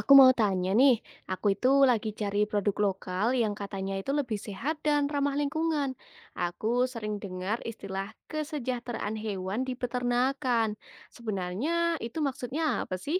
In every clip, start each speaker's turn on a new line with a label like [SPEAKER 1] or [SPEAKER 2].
[SPEAKER 1] Aku mau tanya nih, aku itu lagi cari produk lokal yang katanya itu lebih sehat dan ramah lingkungan. Aku sering dengar istilah kesejahteraan hewan di peternakan. Sebenarnya itu maksudnya apa sih?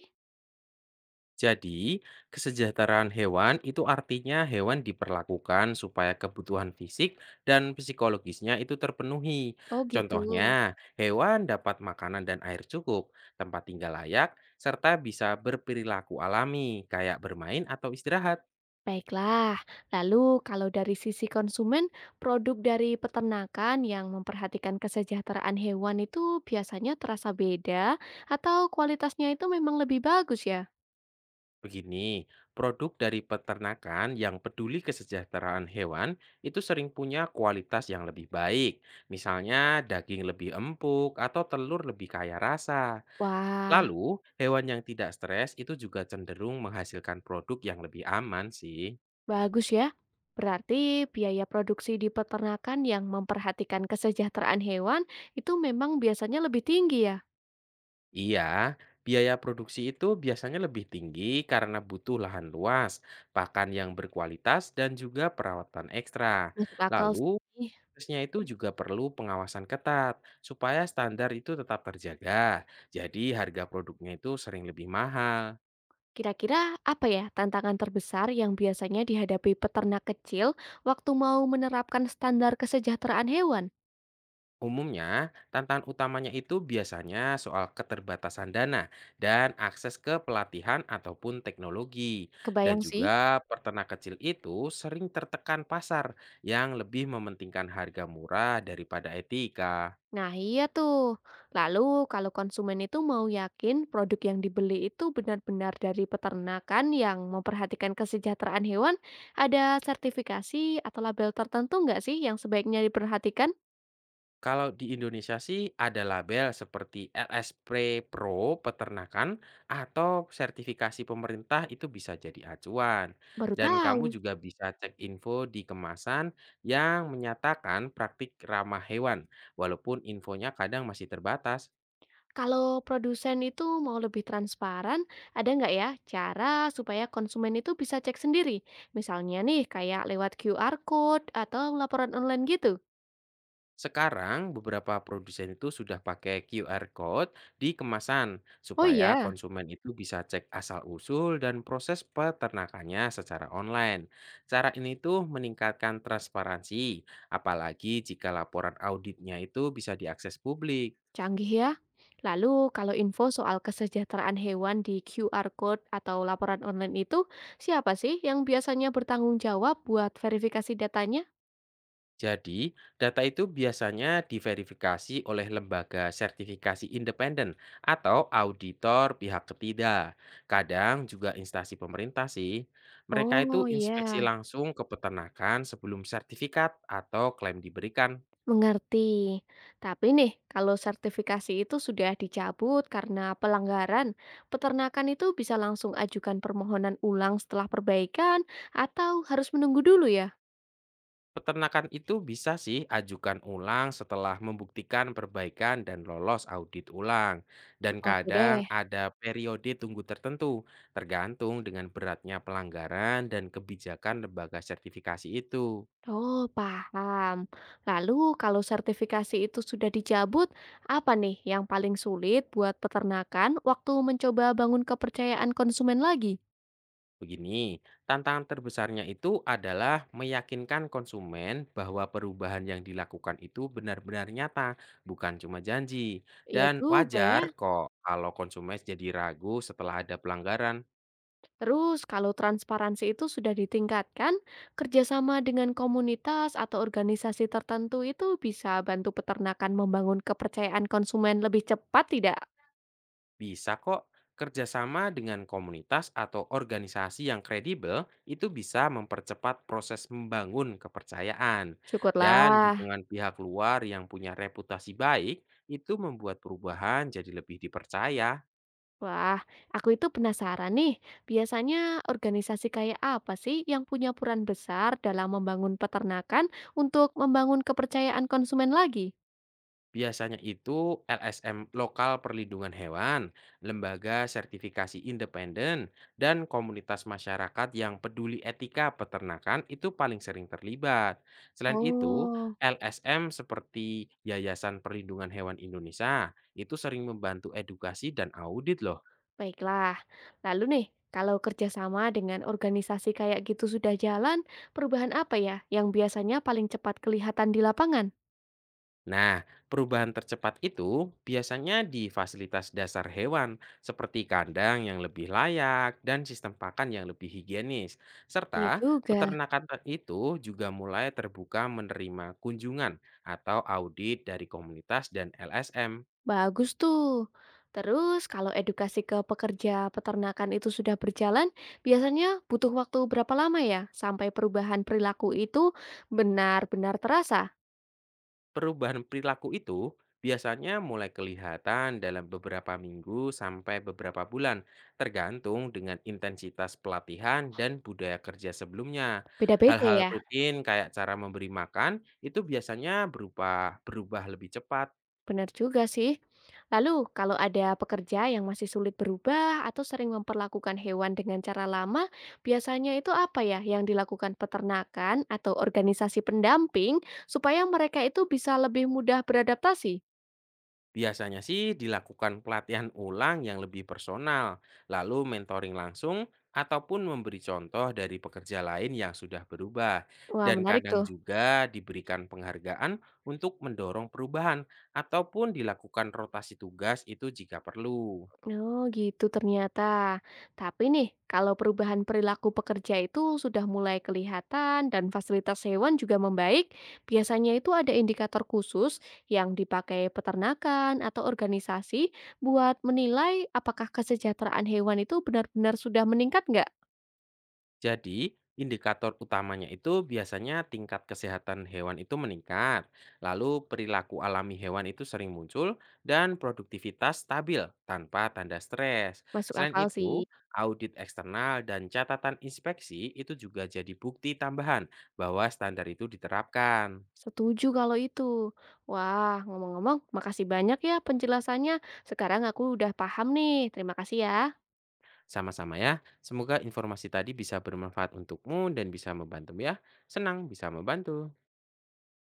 [SPEAKER 2] Jadi, kesejahteraan hewan itu artinya hewan diperlakukan supaya kebutuhan fisik dan psikologisnya itu terpenuhi.
[SPEAKER 1] Oh gitu.
[SPEAKER 2] Contohnya, hewan dapat makanan dan air cukup, tempat tinggal layak, serta bisa berperilaku alami, kayak bermain atau istirahat.
[SPEAKER 1] Baiklah, lalu kalau dari sisi konsumen, produk dari peternakan yang memperhatikan kesejahteraan hewan itu biasanya terasa beda atau kualitasnya itu memang lebih bagus ya?
[SPEAKER 2] Begini, produk dari peternakan yang peduli kesejahteraan hewan itu sering punya kualitas yang lebih baik. Misalnya, daging lebih empuk atau telur lebih kaya rasa.
[SPEAKER 1] Wah.
[SPEAKER 2] Lalu, hewan yang tidak stres itu juga cenderung menghasilkan produk yang lebih aman sih.
[SPEAKER 1] Bagus ya. Berarti biaya produksi di peternakan yang memperhatikan kesejahteraan hewan itu memang biasanya lebih tinggi ya.
[SPEAKER 2] Iya, biaya produksi itu biasanya lebih tinggi karena butuh lahan luas, pakan yang berkualitas, dan juga perawatan ekstra.
[SPEAKER 1] Masuk akal
[SPEAKER 2] Lalu,
[SPEAKER 1] sih.
[SPEAKER 2] prosesnya itu juga perlu pengawasan ketat supaya standar itu tetap terjaga. Jadi, harga produknya itu sering lebih mahal.
[SPEAKER 1] Kira-kira apa ya tantangan terbesar yang biasanya dihadapi peternak kecil waktu mau menerapkan standar kesejahteraan hewan?
[SPEAKER 2] Umumnya, tantangan utamanya itu biasanya soal keterbatasan dana dan akses ke pelatihan ataupun teknologi. Dan
[SPEAKER 1] Kebayang sih.
[SPEAKER 2] juga peternak kecil itu sering tertekan pasar yang lebih mementingkan harga murah daripada etika.
[SPEAKER 1] Nah, iya tuh. Lalu, kalau konsumen itu mau yakin produk yang dibeli itu benar-benar dari peternakan yang memperhatikan kesejahteraan hewan, ada sertifikasi atau label tertentu nggak sih yang sebaiknya diperhatikan?
[SPEAKER 2] Kalau di Indonesia sih ada label seperti LSP Pro peternakan atau sertifikasi pemerintah itu bisa jadi acuan.
[SPEAKER 1] Baru
[SPEAKER 2] Dan kamu
[SPEAKER 1] tahu.
[SPEAKER 2] juga bisa cek info di kemasan yang menyatakan praktik ramah hewan, walaupun infonya kadang masih terbatas.
[SPEAKER 1] Kalau produsen itu mau lebih transparan, ada nggak ya cara supaya konsumen itu bisa cek sendiri? Misalnya nih, kayak lewat QR code atau laporan online gitu.
[SPEAKER 2] Sekarang beberapa produsen itu sudah pakai QR code di kemasan
[SPEAKER 1] Oh
[SPEAKER 2] supaya
[SPEAKER 1] iya.
[SPEAKER 2] konsumen itu bisa cek asal-usul dan proses peternakannya secara online. Cara ini tuh meningkatkan transparansi, apalagi jika laporan auditnya itu bisa diakses publik.
[SPEAKER 1] Canggih ya. Lalu kalau info soal kesejahteraan hewan di QR code atau laporan online itu, siapa sih yang biasanya bertanggung jawab buat verifikasi datanya?
[SPEAKER 2] Jadi, data itu biasanya diverifikasi oleh lembaga sertifikasi independen atau auditor pihak ketiga. Kadang juga instansi pemerintah sih. Mereka itu
[SPEAKER 1] Oh
[SPEAKER 2] inspeksi
[SPEAKER 1] iya,
[SPEAKER 2] langsung ke peternakan sebelum sertifikat atau klaim diberikan.
[SPEAKER 1] mengerti. Tapi nih, kalau sertifikasi itu sudah dicabut karena pelanggaran, peternakan itu bisa langsung ajukan permohonan ulang setelah perbaikan atau harus menunggu dulu ya?
[SPEAKER 2] Peternakan itu bisa sih ajukan ulang setelah membuktikan perbaikan dan lolos audit ulang. Dan
[SPEAKER 1] Oke
[SPEAKER 2] kadang
[SPEAKER 1] deh.
[SPEAKER 2] ada periode tunggu tertentu, tergantung dengan beratnya pelanggaran dan kebijakan lembaga sertifikasi itu.
[SPEAKER 1] Oh, paham. Lalu kalau sertifikasi itu sudah dicabut, apa nih yang paling sulit buat peternakan waktu mencoba bangun kepercayaan konsumen lagi?
[SPEAKER 2] Begini, tantangan terbesarnya itu adalah meyakinkan konsumen bahwa perubahan yang dilakukan itu benar-benar nyata, bukan cuma janji.
[SPEAKER 1] Iya
[SPEAKER 2] Dan
[SPEAKER 1] juga ya.
[SPEAKER 2] wajar kok kalau konsumen jadi ragu setelah ada pelanggaran.
[SPEAKER 1] Terus kalau transparansi itu sudah ditingkatkan, kerjasama dengan komunitas atau organisasi tertentu itu bisa bantu peternakan membangun kepercayaan konsumen lebih cepat tidak?
[SPEAKER 2] Bisa kok, kerjasama dengan komunitas atau organisasi yang kredibel itu bisa mempercepat proses membangun kepercayaan. Dan
[SPEAKER 1] Syukurlah.
[SPEAKER 2] dukungan pihak luar yang punya reputasi baik itu membuat perubahan jadi lebih dipercaya.
[SPEAKER 1] Wah, aku itu penasaran nih, biasanya organisasi kayak apa sih yang punya peran besar dalam membangun peternakan untuk membangun kepercayaan konsumen lagi?
[SPEAKER 2] Biasanya itu LSM lokal perlindungan hewan, lembaga sertifikasi independen, dan komunitas masyarakat yang peduli etika peternakan itu paling sering terlibat. Selain itu,
[SPEAKER 1] Oh,
[SPEAKER 2] LSM seperti Yayasan Perlindungan Hewan Indonesia itu sering membantu edukasi dan audit loh.
[SPEAKER 1] baiklah. Lalu nih, kalau kerjasama dengan organisasi kayak gitu sudah jalan, perubahan apa ya yang biasanya paling cepat kelihatan di lapangan?
[SPEAKER 2] Nah, perubahan tercepat itu biasanya di fasilitas dasar hewan seperti kandang yang lebih layak dan sistem pakan yang lebih higienis.
[SPEAKER 1] Iya
[SPEAKER 2] Serta
[SPEAKER 1] juga.
[SPEAKER 2] peternakan itu juga mulai terbuka menerima kunjungan atau audit dari komunitas dan LSM.
[SPEAKER 1] Bagus tuh. Terus kalau edukasi ke pekerja peternakan itu sudah berjalan, biasanya butuh waktu berapa lama ya sampai perubahan perilaku itu benar-benar terasa?
[SPEAKER 2] Perubahan perilaku itu biasanya mulai kelihatan dalam beberapa minggu sampai beberapa bulan, tergantung dengan intensitas pelatihan dan budaya kerja sebelumnya.
[SPEAKER 1] Beda-beda
[SPEAKER 2] Hal-hal
[SPEAKER 1] ya.
[SPEAKER 2] rutin kayak cara memberi makan itu biasanya berubah lebih cepat.
[SPEAKER 1] Benar juga sih. Lalu kalau ada pekerja yang masih sulit berubah atau sering memperlakukan hewan dengan cara lama, biasanya itu apa ya yang dilakukan peternakan atau organisasi pendamping supaya mereka itu bisa lebih mudah beradaptasi?
[SPEAKER 2] Biasanya sih dilakukan pelatihan ulang yang lebih personal, lalu mentoring langsung ataupun memberi contoh dari pekerja lain yang sudah berubah.
[SPEAKER 1] Wah,
[SPEAKER 2] Dan
[SPEAKER 1] menarik
[SPEAKER 2] kadang
[SPEAKER 1] tuh.
[SPEAKER 2] juga diberikan penghargaan untuk mendorong perubahan ataupun dilakukan rotasi tugas itu jika perlu.
[SPEAKER 1] Oh gitu ternyata. Tapi nih, kalau perubahan perilaku pekerja itu sudah mulai kelihatan dan fasilitas hewan juga membaik, biasanya itu ada indikator khusus yang dipakai peternakan atau organisasi buat menilai apakah kesejahteraan hewan itu benar-benar sudah meningkat nggak?
[SPEAKER 2] Jadi, indikator utamanya itu biasanya tingkat kesehatan hewan itu meningkat, lalu perilaku alami hewan itu sering muncul, dan produktivitas stabil tanpa tanda stres.
[SPEAKER 1] Masuk
[SPEAKER 2] Selain
[SPEAKER 1] akal sih.
[SPEAKER 2] itu, audit eksternal dan catatan inspeksi itu juga jadi bukti tambahan bahwa standar itu diterapkan.
[SPEAKER 1] Setuju kalau itu. Wah, ngomong-ngomong, makasih banyak ya penjelasannya. Sekarang aku udah paham nih. Terima kasih ya.
[SPEAKER 2] Sama-sama ya, semoga informasi tadi bisa bermanfaat untukmu dan bisa membantu ya. Senang bisa membantu.